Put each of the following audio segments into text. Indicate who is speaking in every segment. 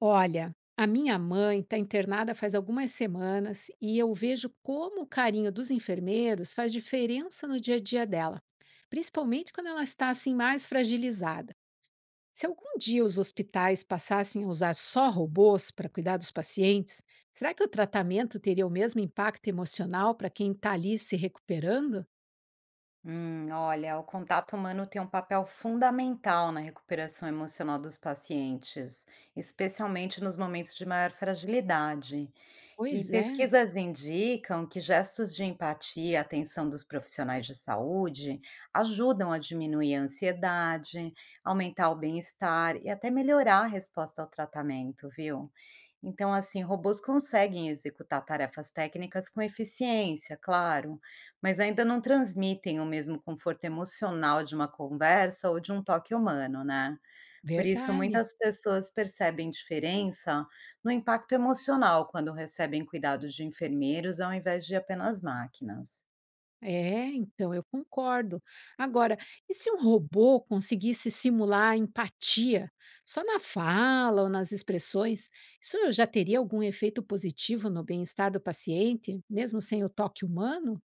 Speaker 1: Olha, a minha mãe está internada faz algumas semanas e eu vejo como o carinho dos enfermeiros faz diferença no dia a dia dela, principalmente quando ela está assim mais fragilizada. Se algum dia os hospitais passassem a usar só robôs para cuidar dos pacientes, será que o tratamento teria o mesmo impacto emocional para quem está ali se recuperando?
Speaker 2: Olha, o contato humano tem um papel fundamental na recuperação emocional dos pacientes, especialmente nos momentos de maior fragilidade. E
Speaker 1: Pois é,
Speaker 2: pesquisas indicam que gestos de empatia e atenção dos profissionais de saúde ajudam a diminuir a ansiedade, aumentar o bem-estar e até melhorar a resposta ao tratamento, viu? Então, assim, robôs conseguem executar tarefas técnicas com eficiência, claro, mas ainda não transmitem o mesmo conforto emocional de uma conversa ou de um toque humano, né? Por isso,
Speaker 1: verdade.
Speaker 2: muitas pessoas percebem diferença no impacto emocional quando recebem cuidados de enfermeiros ao invés de apenas máquinas.
Speaker 1: É, então, eu concordo. Agora, e se um robô conseguisse simular empatia só na fala ou nas expressões, isso já teria algum efeito positivo no bem-estar do paciente, mesmo sem o toque humano?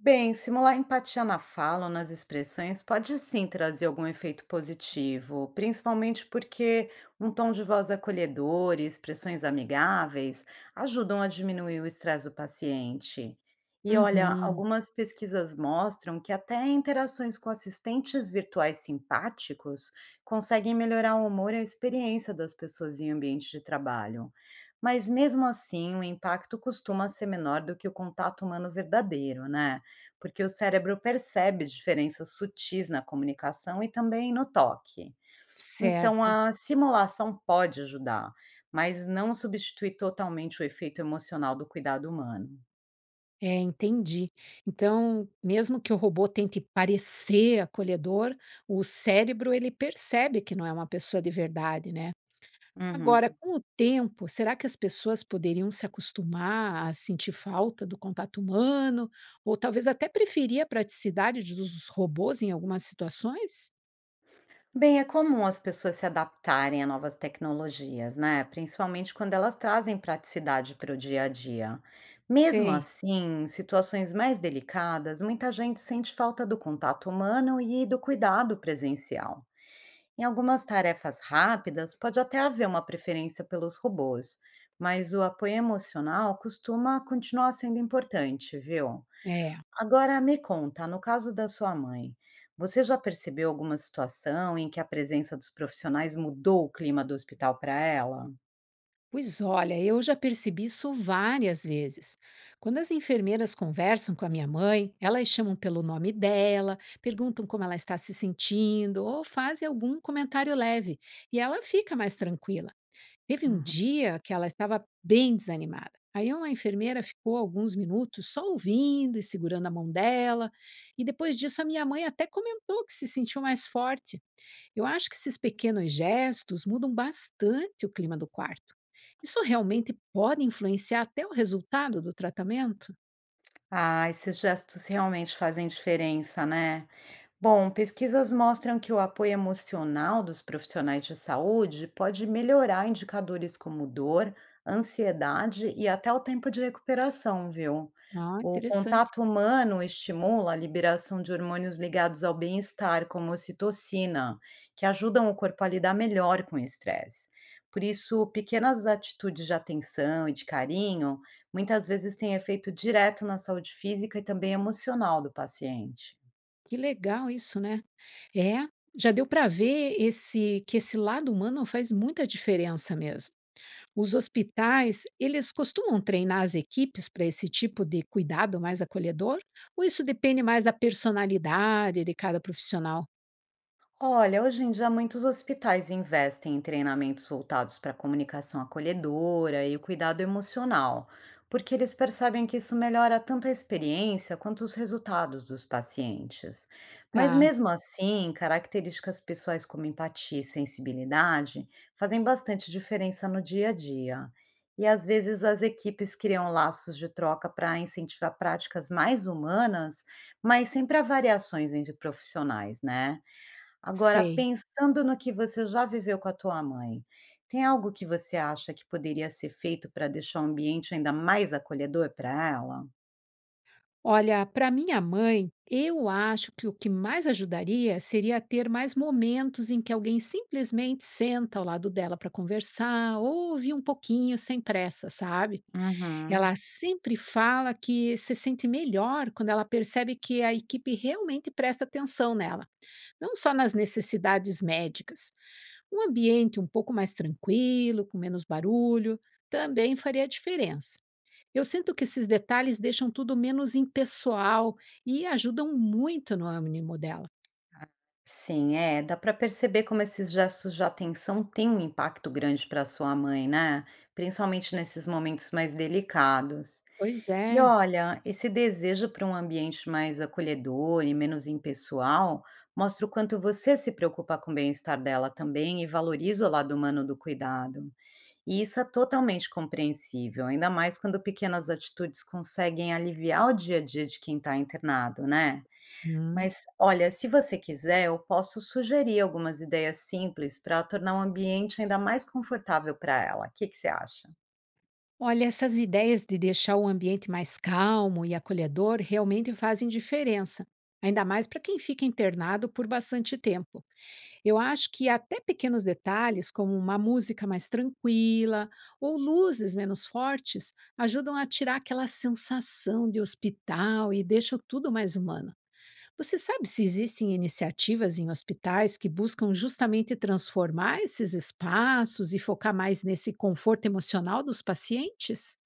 Speaker 2: Bem, simular empatia na fala ou nas expressões pode sim trazer algum efeito positivo, principalmente porque um tom de voz acolhedor e expressões amigáveis ajudam a diminuir o estresse do paciente. E olha,
Speaker 1: Uhum,
Speaker 2: algumas pesquisas mostram que até interações com assistentes virtuais simpáticos conseguem melhorar o humor e a experiência das pessoas em ambiente de trabalho. Mas mesmo assim, o impacto costuma ser menor do que o contato humano verdadeiro, né? Porque o cérebro percebe diferenças sutis na comunicação e também no toque. Então,
Speaker 1: certo.
Speaker 2: a simulação pode ajudar, mas não substitui totalmente o efeito emocional do cuidado humano.
Speaker 1: É, entendi. Então, mesmo que o robô tente parecer acolhedor, o cérebro ele percebe que não é uma pessoa de verdade, né? Agora,
Speaker 2: Uhum.
Speaker 1: com o tempo, será que as pessoas poderiam se acostumar a sentir falta do contato humano? Ou talvez até preferir a praticidade dos robôs em algumas situações?
Speaker 2: Bem, é comum as pessoas se adaptarem a novas tecnologias, né? Principalmente quando elas trazem praticidade para o dia a dia. Mesmo
Speaker 1: Sei.
Speaker 2: assim, em situações mais delicadas, muita gente sente falta do contato humano e do cuidado presencial. Em algumas tarefas rápidas, pode até haver uma preferência pelos robôs, mas o apoio emocional costuma continuar sendo importante, viu?
Speaker 1: É.
Speaker 2: Agora me conta, no caso da sua mãe, você já percebeu alguma situação em que a presença dos profissionais mudou o clima do hospital para ela?
Speaker 1: Pois olha, eu já percebi isso várias vezes. Quando as enfermeiras conversam com a minha mãe, elas chamam pelo nome dela, perguntam como ela está se sentindo ou fazem algum comentário leve, e ela fica mais tranquila. Teve um
Speaker 2: Uhum.
Speaker 1: dia que ela estava bem desanimada. Aí uma enfermeira ficou alguns minutos só ouvindo e segurando a mão dela, e depois disso a minha mãe até comentou que se sentiu mais forte. Eu acho que esses pequenos gestos mudam bastante o clima do quarto. Isso realmente pode influenciar até o resultado do tratamento?
Speaker 2: Ah, esses gestos realmente fazem diferença, né? Bom, pesquisas mostram que o apoio emocional dos profissionais de saúde pode melhorar indicadores como dor, ansiedade e até o tempo de recuperação, viu?
Speaker 1: Ah,
Speaker 2: O
Speaker 1: interessante.
Speaker 2: contato humano estimula a liberação de hormônios ligados ao bem-estar, como ocitocina, que ajudam o corpo a lidar melhor com o estresse. Por isso, pequenas atitudes de atenção e de carinho muitas vezes têm efeito direto na saúde física e também emocional do paciente.
Speaker 1: Que legal isso, né? É, já deu para ver esse lado humano faz muita diferença mesmo. Os hospitais, eles costumam treinar as equipes para esse tipo de cuidado mais acolhedor? Ou isso depende mais da personalidade de cada profissional?
Speaker 2: Olha, hoje em dia muitos hospitais investem em treinamentos voltados para a comunicação acolhedora e o cuidado emocional, porque eles percebem que isso melhora tanto a experiência quanto os resultados dos pacientes. Mas
Speaker 1: Tá,
Speaker 2: mesmo assim, características pessoais como empatia e sensibilidade fazem bastante diferença no dia a dia. E às vezes as equipes criam laços de troca para incentivar práticas mais humanas, mas sempre há variações entre profissionais, né? Agora,
Speaker 1: sei.
Speaker 2: pensando no que você já viveu com a tua mãe, tem algo que você acha que poderia ser feito para deixar o ambiente ainda mais acolhedor para ela?
Speaker 1: Olha, para minha mãe, eu acho que o que mais ajudaria seria ter mais momentos em que alguém simplesmente senta ao lado dela para conversar, ouve um pouquinho sem pressa, sabe?
Speaker 2: Uhum.
Speaker 1: Ela sempre fala que se sente melhor quando ela percebe que a equipe realmente presta atenção nela, não só nas necessidades médicas. Um ambiente um pouco mais tranquilo, com menos barulho, também faria diferença. Eu sinto que esses detalhes deixam tudo menos impessoal e ajudam muito no ânimo dela.
Speaker 2: Sim, é, dá para perceber como esses gestos de atenção têm um impacto grande para sua mãe, né? Principalmente nesses momentos mais delicados.
Speaker 1: Pois
Speaker 2: E
Speaker 1: é.
Speaker 2: olha, esse desejo para um ambiente mais acolhedor e menos impessoal mostra o quanto você se preocupa com o bem-estar dela também e valoriza o lado humano do cuidado. E isso é totalmente compreensível, ainda mais quando pequenas atitudes conseguem aliviar o dia a dia de quem está internado, né?
Speaker 1: Hum.
Speaker 2: Mas olha, se você quiser, eu posso sugerir algumas ideias simples para tornar o ambiente ainda mais confortável para ela. O que que você acha?
Speaker 1: Olha, essas ideias de deixar o ambiente mais calmo e acolhedor realmente fazem diferença, ainda mais para quem fica internado por bastante tempo. Eu acho que até pequenos detalhes, como uma música mais tranquila ou luzes menos fortes, ajudam a tirar aquela sensação de hospital e deixam tudo mais humano. Você sabe se existem iniciativas em hospitais que buscam justamente transformar esses espaços e focar mais nesse conforto emocional dos pacientes?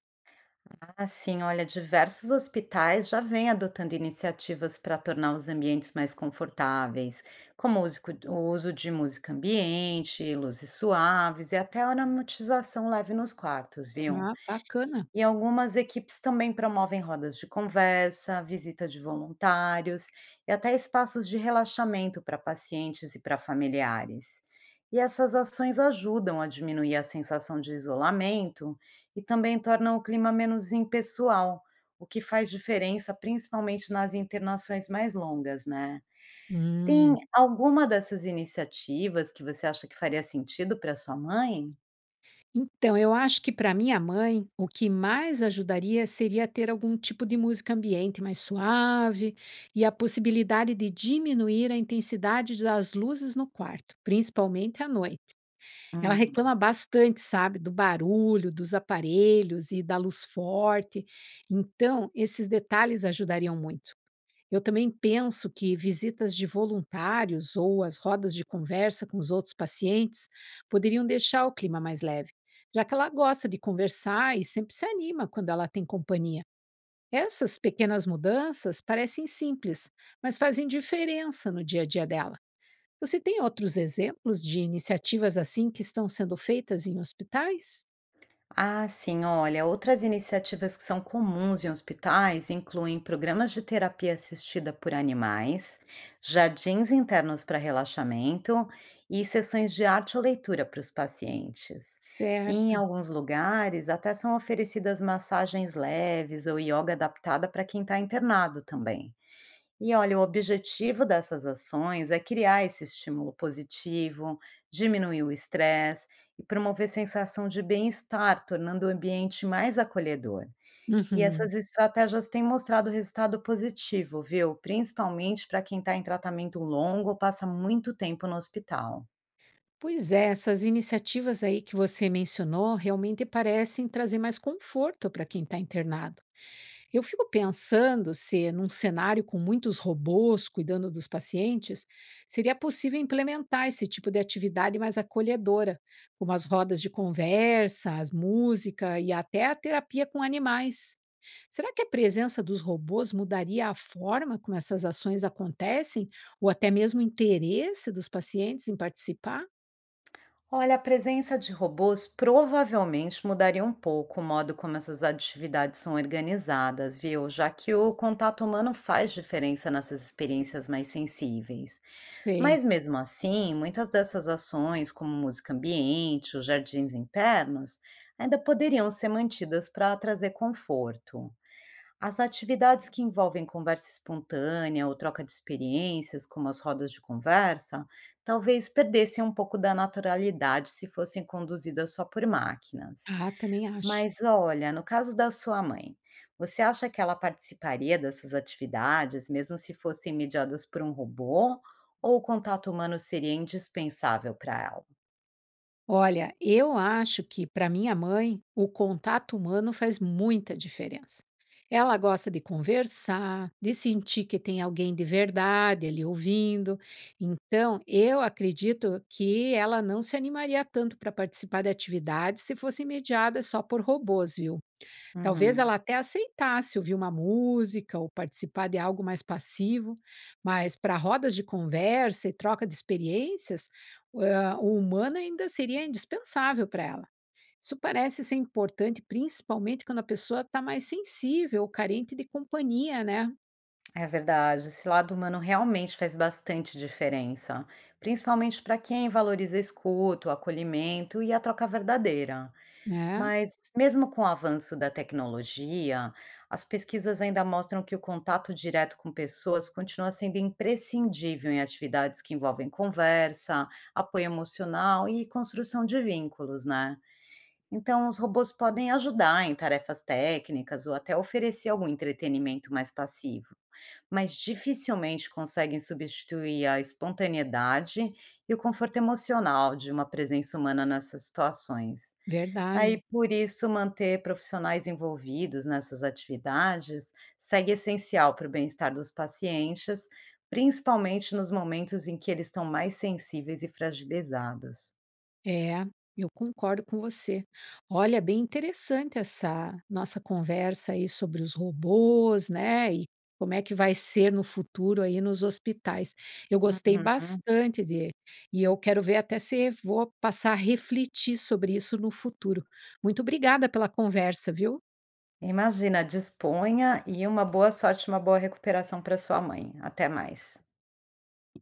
Speaker 2: Ah, sim, olha, diversos hospitais já vêm adotando iniciativas para tornar os ambientes mais confortáveis, como o uso de música ambiente, luzes suaves e até aromatização leve nos quartos, viu?
Speaker 1: Ah, bacana.
Speaker 2: E algumas equipes também promovem rodas de conversa, visita de voluntários e até espaços de relaxamento para pacientes e para familiares. E essas ações ajudam a diminuir a sensação de isolamento e também tornam o clima menos impessoal, o que faz diferença principalmente nas internações mais longas, né? Tem
Speaker 1: Hum.
Speaker 2: alguma dessas iniciativas que você acha que faria sentido para sua mãe?
Speaker 1: Então, eu acho que para minha mãe, o que mais ajudaria seria ter algum tipo de música ambiente mais suave e a possibilidade de diminuir a intensidade das luzes no quarto, principalmente à noite. Ela reclama
Speaker 2: Hum.
Speaker 1: bastante, sabe, do barulho, dos aparelhos e da luz forte. Então, esses detalhes ajudariam muito. Eu também penso que visitas de voluntários ou as rodas de conversa com os outros pacientes poderiam deixar o clima mais leve, já que ela gosta de conversar e sempre se anima quando ela tem companhia. Essas pequenas mudanças parecem simples, mas fazem diferença no dia a dia dela. Você tem outros exemplos de iniciativas assim que estão sendo feitas em hospitais?
Speaker 2: Ah, sim, olha, outras iniciativas que são comuns em hospitais incluem programas de terapia assistida por animais, jardins internos para relaxamento e sessões de arte ou leitura para os pacientes. E em
Speaker 1: Certo.
Speaker 2: alguns lugares, até são oferecidas massagens leves ou yoga adaptada para quem está internado também. E olha, o objetivo dessas ações é criar esse estímulo positivo, diminuir o estresse e promover sensação de bem-estar, tornando o ambiente mais acolhedor. E
Speaker 1: Uhum.
Speaker 2: essas estratégias têm mostrado resultado positivo, viu? Principalmente para quem está em tratamento longo ou passa muito tempo no hospital.
Speaker 1: Pois é, essas iniciativas aí que você mencionou realmente parecem trazer mais conforto para quem está internado. Eu fico pensando se, num cenário com muitos robôs cuidando dos pacientes, seria possível implementar esse tipo de atividade mais acolhedora, como as rodas de conversa, as música e até a terapia com animais. Será que a presença dos robôs mudaria a forma como essas ações acontecem, ou até mesmo o interesse dos pacientes em participar?
Speaker 2: Olha, a presença de robôs provavelmente mudaria um pouco o modo como essas atividades são organizadas, viu? Já que o contato humano faz diferença nessas experiências mais sensíveis.
Speaker 1: Sei.
Speaker 2: Mas mesmo assim, muitas dessas ações, como música ambiente, os jardins internos, ainda poderiam ser mantidas para trazer conforto. As atividades que envolvem conversa espontânea ou troca de experiências, como as rodas de conversa, talvez perdessem um pouco da naturalidade se fossem conduzidas só por máquinas.
Speaker 1: Ah, também acho.
Speaker 2: Mas olha, no caso da sua mãe, você acha que ela participaria dessas atividades, mesmo se fossem mediadas por um robô, ou o contato humano seria indispensável para ela?
Speaker 1: Olha, eu acho que para minha mãe o contato humano faz muita diferença. Ela gosta de conversar, de sentir que tem alguém de verdade ali ouvindo. Então, eu acredito que ela não se animaria tanto para participar de atividades se fossem mediadas só por robôs, viu? Talvez
Speaker 2: Uhum.
Speaker 1: ela até aceitasse ouvir uma música ou participar de algo mais passivo, mas para rodas de conversa e troca de experiências, ah, o humano ainda seria indispensável para ela. Isso parece ser importante, principalmente quando a pessoa está mais sensível ou carente de companhia, né?
Speaker 2: É verdade, esse lado humano realmente faz bastante diferença, principalmente para quem valoriza escuta, o acolhimento e a troca verdadeira.
Speaker 1: Né?
Speaker 2: Mas, mesmo com o avanço da tecnologia, as pesquisas ainda mostram que o contato direto com pessoas continua sendo imprescindível em atividades que envolvem conversa, apoio emocional e construção de vínculos, né? Então, os robôs podem ajudar em tarefas técnicas ou até oferecer algum entretenimento mais passivo, mas dificilmente conseguem substituir a espontaneidade e o conforto emocional de uma presença humana nessas situações.
Speaker 1: Verdade.
Speaker 2: Aí, por isso, manter profissionais envolvidos nessas atividades segue essencial para o bem-estar dos pacientes, principalmente nos momentos em que eles estão mais sensíveis e fragilizados.
Speaker 1: É, eu concordo com você. Olha, bem interessante essa nossa conversa aí sobre os robôs, né? E como é que vai ser no futuro aí nos hospitais. Eu gostei
Speaker 2: Uhum.
Speaker 1: bastante, e eu quero ver até se vou passar a refletir sobre isso no futuro. Muito obrigada pela conversa, viu?
Speaker 2: Imagina, disponha e uma boa sorte, uma boa recuperação para sua mãe. Até mais.